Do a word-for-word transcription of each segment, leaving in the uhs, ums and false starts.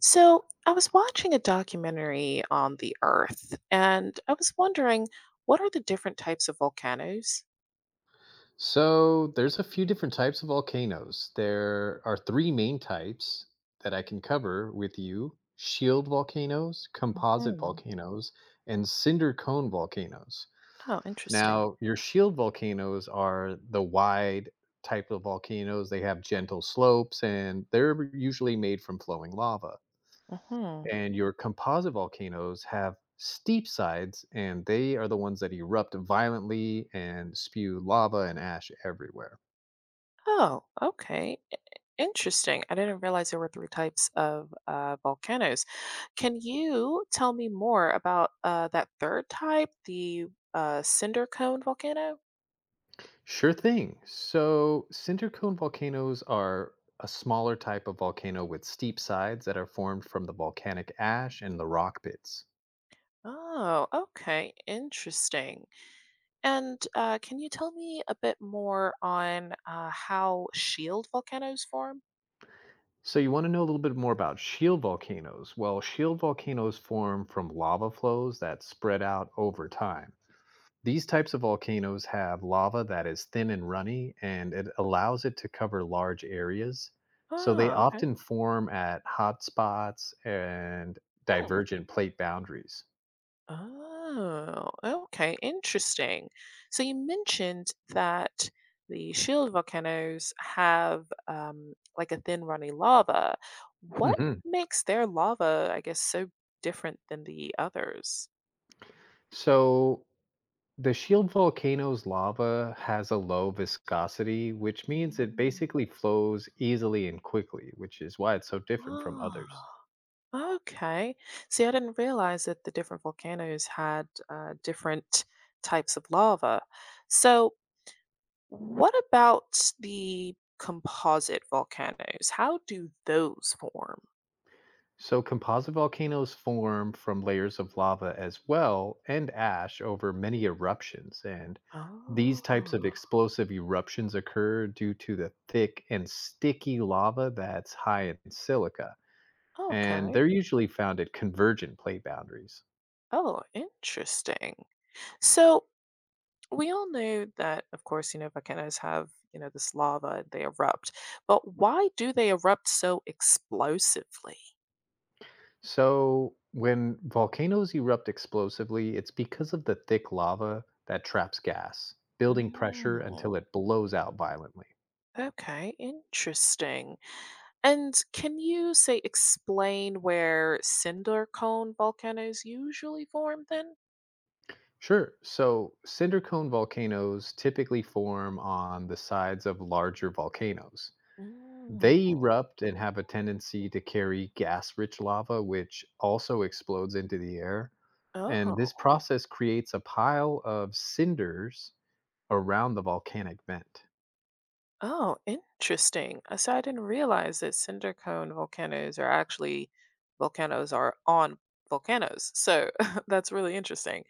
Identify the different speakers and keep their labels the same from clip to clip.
Speaker 1: So, I was watching a documentary on the Earth, and I was wondering what are the different types of volcanoes?
Speaker 2: So there's a few different types of volcanoes. There are three main types that I can cover with you: shield volcanoes, composite
Speaker 1: Hmm.
Speaker 2: volcanoes, and cinder cone volcanoes.
Speaker 1: Oh, interesting.
Speaker 2: Now, your shield volcanoes are the wide type of volcanoes. They have gentle slopes and they're usually made from flowing lava.
Speaker 1: Hmm.
Speaker 2: And your composite volcanoes have steep sides and they are the ones that erupt violently and spew lava and ash everywhere.
Speaker 1: Oh, okay. I- Interesting. I didn't realize there were three types of uh, volcanoes. Can you tell me more about uh, that third type, the uh, cinder cone volcano?
Speaker 2: Sure thing. So, cinder cone volcanoes are a smaller type of volcano with steep sides that are formed from the volcanic ash and the rock bits.
Speaker 1: Oh, okay. Interesting. And uh, can you tell me a bit more on uh, how shield volcanoes form?
Speaker 2: So, you want to know a little bit more about shield volcanoes? Well, shield volcanoes form from lava flows that spread out over time. These types of volcanoes have lava that is thin and runny, and it allows it to cover large areas. So, they
Speaker 1: Ah, okay.
Speaker 2: often form at hot spots and
Speaker 1: Hmm.
Speaker 2: divergent plate boundaries.
Speaker 1: Oh, okay. Interesting. So you mentioned that the shield volcanoes have um, like a thin, runny lava. What
Speaker 2: Mhm.
Speaker 1: makes their lava, I guess, so different than the others?
Speaker 2: So the shield volcano's lava has a low viscosity, which means it
Speaker 1: Mm.
Speaker 2: basically flows easily and quickly, which is why it's so different from others.
Speaker 1: Ah. Okay. See, I didn't realize that the different volcanoes had uh, different types of lava. So, what about the composite volcanoes? How do those form?
Speaker 2: So composite volcanoes form from layers of lava as well and ash over many eruptions, and these types of
Speaker 1: Oh,
Speaker 2: explosive eruptions occur due to the thick and sticky lava that's high in silica, and
Speaker 1: okay.
Speaker 2: they're usually found at convergent plate boundaries.
Speaker 1: Oh, interesting. So, we all know that, of course, you know, volcanoes have, you know, this lava, they erupt. But why do they erupt so explosively?
Speaker 2: So, when volcanoes erupt explosively, it's because of the thick lava that traps gas, building
Speaker 1: Mm,
Speaker 2: pressure until it blows out violently.
Speaker 1: okay, interesting. And can you say explain where cinder cone volcanoes usually form then?
Speaker 2: Sure, so cinder cone volcanoes typically form on the sides of larger volcanoes.
Speaker 1: Mm.
Speaker 2: They erupt and have a tendency to carry gas rich lava, which also explodes into the air. And this
Speaker 1: Oh,
Speaker 2: process creates a pile of cinders around the volcanic vent.
Speaker 1: oh, interesting. Uh, So I didn't realize that cinder cone volcanoes are actually volcanoes are on volcanoes. So that's really interesting.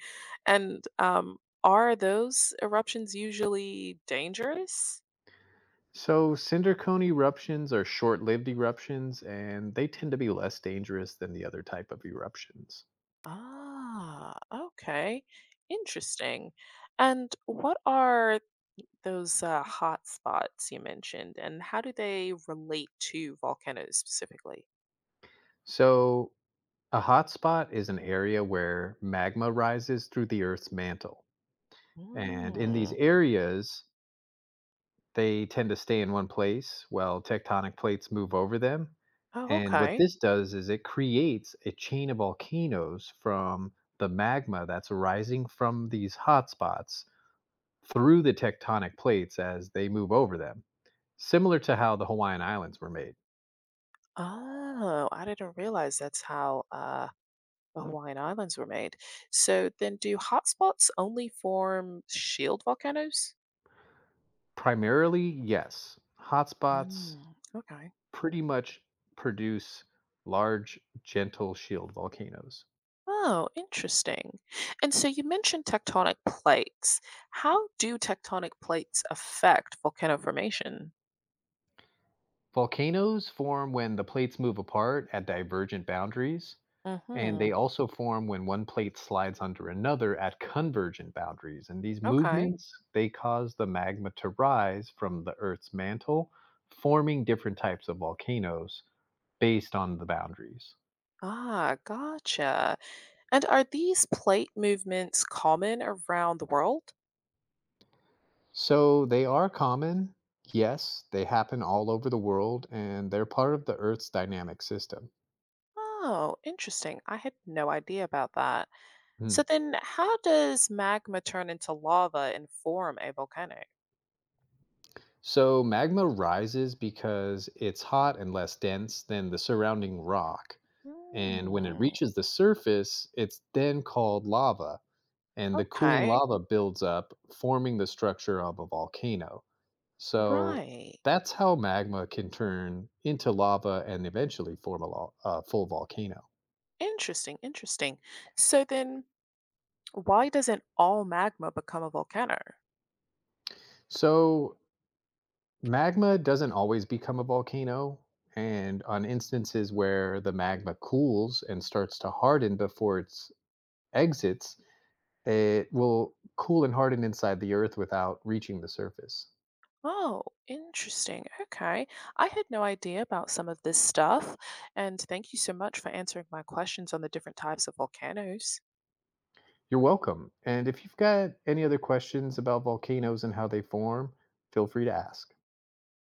Speaker 1: And um, are those eruptions usually dangerous?
Speaker 2: So, cinder cone eruptions are short lived eruptions and they tend to be less dangerous than the other type of eruptions.
Speaker 1: Ah, okay. Interesting. And what are those uh, hot spots you mentioned, and how do they relate to volcanoes specifically?
Speaker 2: So, a hotspot is an area where magma rises through the Earth's mantle. And in these
Speaker 1: Mm.
Speaker 2: areas, they tend to stay in one place while tectonic plates move over them.
Speaker 1: Oh,
Speaker 2: And what
Speaker 1: okay.
Speaker 2: this does is it creates a chain of volcanoes from the magma that's rising from these hotspots through the tectonic plates as they move over them. Similar to how the Hawaiian Islands were made.
Speaker 1: Oh, I didn't realize that's how uh, the Hawaiian Islands were made. So then, do hotspots only form shield volcanoes?
Speaker 2: Primarily, yes. Hotspots
Speaker 1: Mm, okay.
Speaker 2: pretty much produce large, gentle shield volcanoes.
Speaker 1: Oh, interesting. And so you mentioned tectonic plates. How do tectonic plates affect volcano formation?
Speaker 2: Volcanoes form when the plates move apart at divergent boundaries, and
Speaker 1: Mm-hmm.
Speaker 2: they also form when one plate slides under another at convergent boundaries. And these
Speaker 1: Okay.
Speaker 2: movements, they cause the magma to rise from the Earth's mantle, forming different types of volcanoes based on the boundaries.
Speaker 1: Ah, gotcha. And are these plate movements common around the world?
Speaker 2: So they are common. Yes, they happen all over the world and they're part of the Earth's dynamic system.
Speaker 1: Oh, interesting. I had no idea about that.
Speaker 2: Hmm.
Speaker 1: So then, how does magma turn into lava and form a volcano?
Speaker 2: So magma rises because it's hot and less dense than the surrounding rock. And when it
Speaker 1: Hmm.
Speaker 2: reaches the surface, it's then called lava. And the cooling
Speaker 1: Okay.
Speaker 2: lava builds up, forming the structure of a volcano. So
Speaker 1: Right.
Speaker 2: that's how magma can turn into lava and eventually form a, lo- a full volcano.
Speaker 1: Interesting. Interesting. So then, why doesn't all magma become a volcano?
Speaker 2: So, magma doesn't always become a volcano, and on instances where the magma cools and starts to harden before it exits, it will cool and harden inside the earth without reaching the surface.
Speaker 1: Oh, interesting. Okay. I had no idea about some of this stuff. And thank you so much for answering my questions on the different types of volcanoes.
Speaker 2: You're welcome. And if you've got any other questions about volcanoes and how they form, feel free to ask.